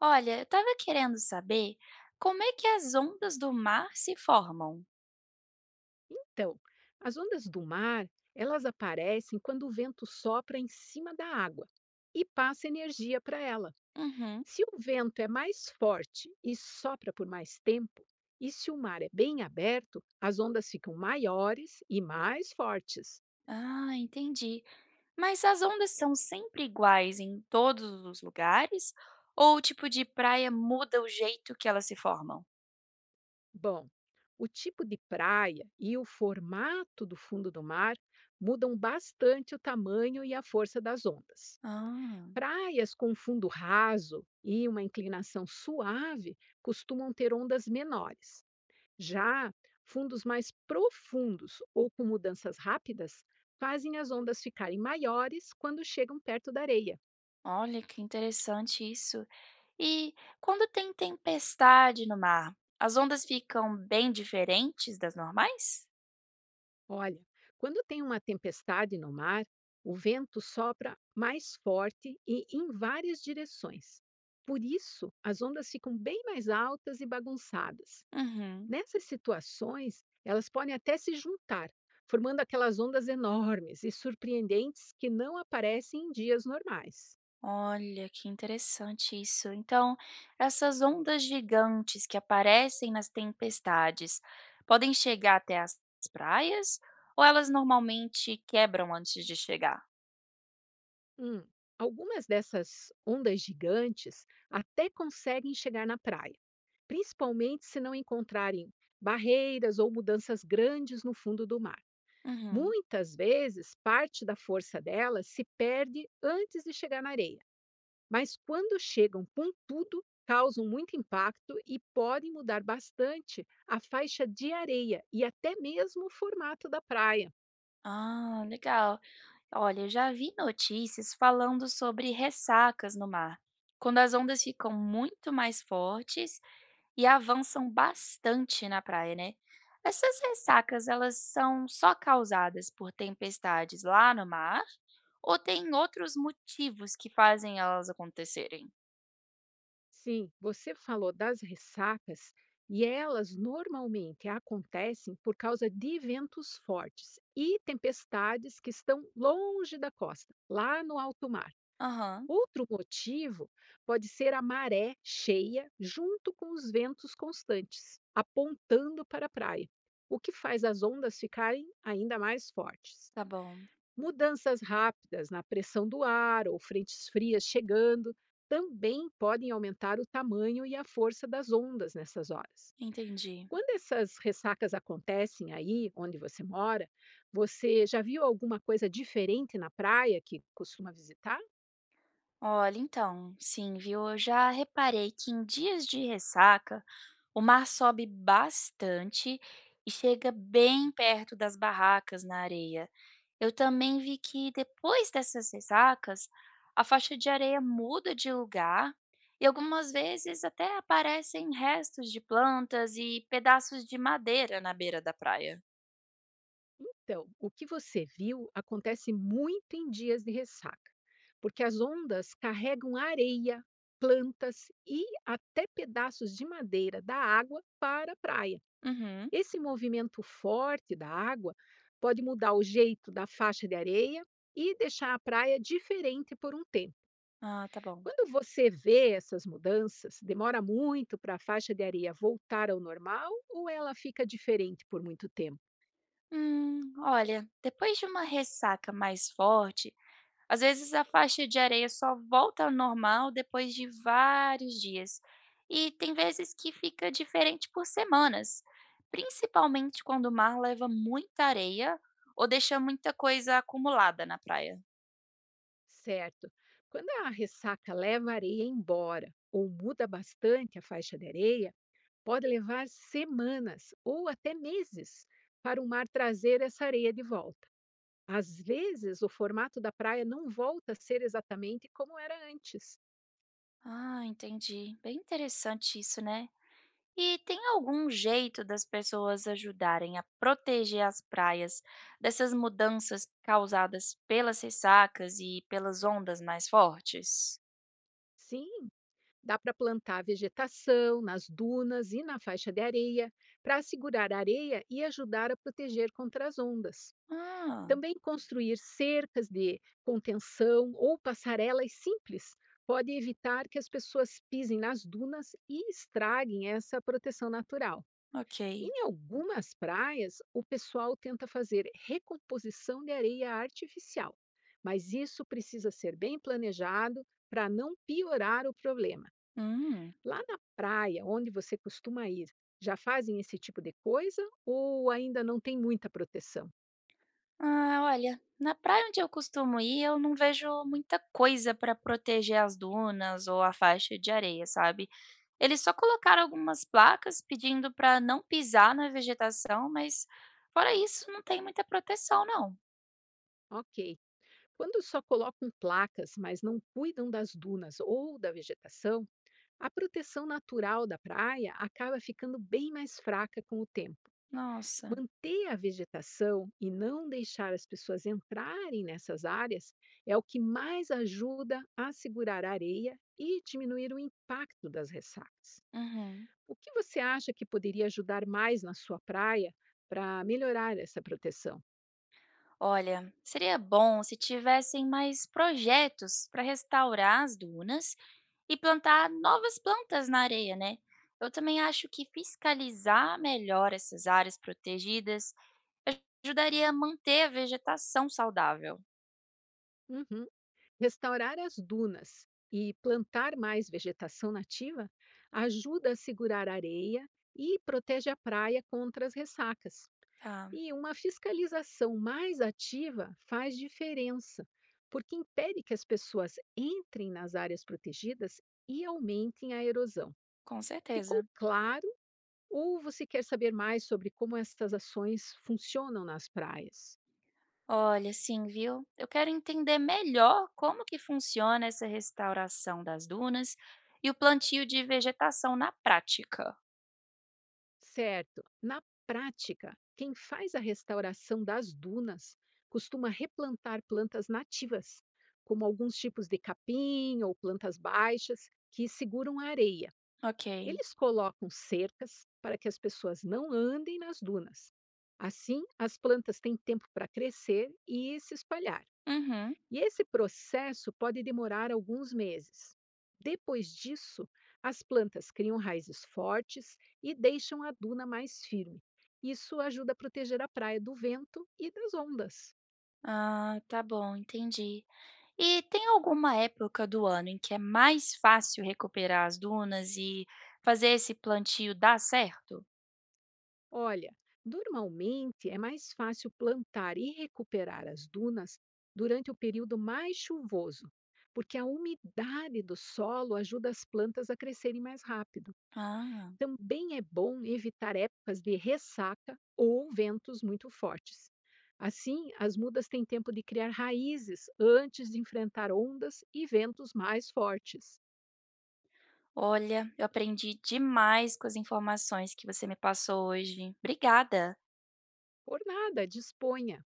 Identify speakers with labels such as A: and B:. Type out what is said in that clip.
A: Olha, eu estava querendo saber como é que as ondas do mar se formam.
B: Então, as ondas do mar, elas aparecem quando o vento sopra em cima da água e passa energia para ela.
A: Uhum.
B: Se o vento é mais forte e sopra por mais tempo, e se o mar é bem aberto, as ondas ficam maiores e mais fortes.
A: Ah, entendi. Mas as ondas são sempre iguais em todos os lugares? Ou o tipo de praia muda o jeito que elas se formam?
B: Bom, o tipo de praia e o formato do fundo do mar mudam bastante o tamanho e a força das ondas.
A: Ah,
B: Praias com fundo raso e uma inclinação suave costumam ter ondas menores. Já fundos mais profundos ou com mudanças rápidas fazem as ondas ficarem maiores quando chegam perto da areia.
A: olha que interessante isso. E quando tem tempestade no mar, as ondas ficam bem diferentes das normais?
B: Olha, quando tem uma tempestade no mar, o vento sopra mais forte e em várias direções. Por isso, as ondas ficam bem mais altas e bagunçadas.
A: Uhum.
B: Nessas situações, elas podem até se juntar, formando aquelas ondas enormes e surpreendentes que não aparecem em dias normais.
A: Olha, que interessante isso. Então, essas ondas gigantes que aparecem nas tempestades podem chegar até as praias ou elas normalmente quebram antes de chegar?
B: Hum, algumas dessas ondas gigantes até conseguem chegar na praia, principalmente se não encontrarem barreiras ou mudanças grandes no fundo do mar.
A: Uhum.
B: Muitas vezes, parte da força delas se perde antes de chegar na areia, mas quando chegam com tudo, causam muito impacto e podem mudar bastante a faixa de areia e até mesmo o formato da praia.
A: Ah, legal. Olha, eu já vi notícias falando sobre ressacas no mar, quando as ondas ficam muito mais fortes e avançam bastante na praia, né. Essas ressacas, elas são só causadas por tempestades lá no mar ou tem outros motivos que fazem elas acontecerem?
B: Sim, você falou das ressacas e elas normalmente acontecem por causa de ventos fortes e tempestades que estão longe da costa, lá no alto mar.
A: Aham,
B: Outro motivo pode ser a maré cheia junto com os ventos constantes, apontando para a praia, o que faz as ondas ficarem ainda mais fortes.
A: tá bom,
B: Mudanças rápidas na pressão do ar ou frentes frias chegando também podem aumentar o tamanho e a força das ondas nessas horas.
A: entendi.
B: Quando essas ressacas acontecem aí onde você mora, você já viu alguma coisa diferente na praia que costuma visitar?
A: Olha, então, sim, viu, eu já reparei que em dias de ressaca, o mar sobe bastante e chega bem perto das barracas na areia. Eu também vi que depois dessas ressacas, a faixa de areia muda de lugar e algumas vezes até aparecem restos de plantas e pedaços de madeira na beira da praia.
B: Então, o que você viu acontece muito em dias de ressaca, porque as ondas carregam areia, plantas e até pedaços de madeira da água para a praia.
A: Uhum.
B: Esse movimento forte da água pode mudar o jeito da faixa de areia e deixar a praia diferente por um tempo.
A: Ah, tá bom.
B: Quando você vê essas mudanças, demora muito para a faixa de areia voltar ao normal ou ela fica diferente por muito tempo?
A: Olha, depois de uma ressaca mais forte, às vezes a faixa de areia só volta ao normal depois de vários dias, e tem vezes que fica diferente por semanas, principalmente quando o mar leva muita areia ou deixa muita coisa acumulada na praia.
B: Certo. Quando a ressaca leva a areia embora ou muda bastante a faixa de areia, pode levar semanas ou até meses para o mar trazer essa areia de volta. Às vezes, o formato da praia não volta a ser exatamente como era antes.
A: Ah, entendi. Bem interessante isso, né? E tem algum jeito das pessoas ajudarem a proteger as praias dessas mudanças causadas pelas ressacas e pelas ondas mais fortes?
B: Sim, dá para plantar vegetação nas dunas e na faixa de areia para segurar a areia e ajudar a proteger contra as ondas.
A: Ah,
B: Também construir cercas de contenção ou passarelas simples pode evitar que as pessoas pisem nas dunas e estraguem essa proteção natural.
A: ok.
B: Em algumas praias, o pessoal tenta fazer recomposição de areia artificial, mas isso precisa ser bem planejado para não piorar o problema.
A: Hum.
B: Lá na praia, onde você costuma ir, já fazem esse tipo de coisa ou ainda não tem muita proteção?
A: Ah, olha, na praia onde eu costumo ir, eu não vejo muita coisa para proteger as dunas ou a faixa de areia, sabe? Eles só colocaram algumas placas pedindo para não pisar na vegetação, mas fora isso, não tem muita proteção, não.
B: Ok. Quando só colocam placas, mas não cuidam das dunas ou da vegetação, a proteção natural da praia acaba ficando bem mais fraca com o tempo.
A: Nossa.
B: Manter a vegetação e não deixar as pessoas entrarem nessas áreas é o que mais ajuda a segurar a areia e diminuir o impacto das ressacas.
A: Uhum.
B: O que você acha que poderia ajudar mais na sua praia para melhorar essa proteção?
A: Olha, seria bom se tivessem mais projetos para restaurar as dunas e plantar novas plantas na areia, né. Eu também acho que fiscalizar melhor essas áreas protegidas ajudaria a manter a vegetação saudável.
B: Uhum. Restaurar as dunas e plantar mais vegetação nativa ajuda a segurar a areia e protege a praia contra as ressacas.
A: Tá,
B: E uma fiscalização mais ativa faz diferença, porque impede que as pessoas entrem nas áreas protegidas e aumentem a erosão.
A: com
B: Ficou
A: certeza.
B: claro? Ou você quer saber mais sobre como essas ações funcionam nas praias?
A: Olha, sim, viu, eu quero entender melhor como que funciona essa restauração das dunas e o plantio de vegetação na prática.
B: Certo. Na prática, quem faz a restauração das dunas costuma replantar plantas nativas, como alguns tipos de capim ou plantas baixas que seguram a areia.
A: Ok.
B: Eles colocam cercas para que as pessoas não andem nas dunas. Assim, as plantas têm tempo para crescer e se espalhar.
A: Uhum.
B: E esse processo pode demorar alguns meses. Depois disso, as plantas criam raízes fortes e deixam a duna mais firme. Isso ajuda a proteger a praia do vento e das ondas.
A: Ah, tá bom, entendi. E tem alguma época do ano em que é mais fácil recuperar as dunas e fazer esse plantio dar certo?
B: Olha, normalmente é mais fácil plantar e recuperar as dunas durante o período mais chuvoso, porque a umidade do solo ajuda as plantas a crescerem mais rápido.
A: Ah,
B: Também é bom evitar épocas de ressaca ou ventos muito fortes. Assim, as mudas têm tempo de criar raízes antes de enfrentar ondas e ventos mais fortes.
A: olha, eu aprendi demais com as informações que você me passou hoje. Obrigada.
B: Por nada, disponha.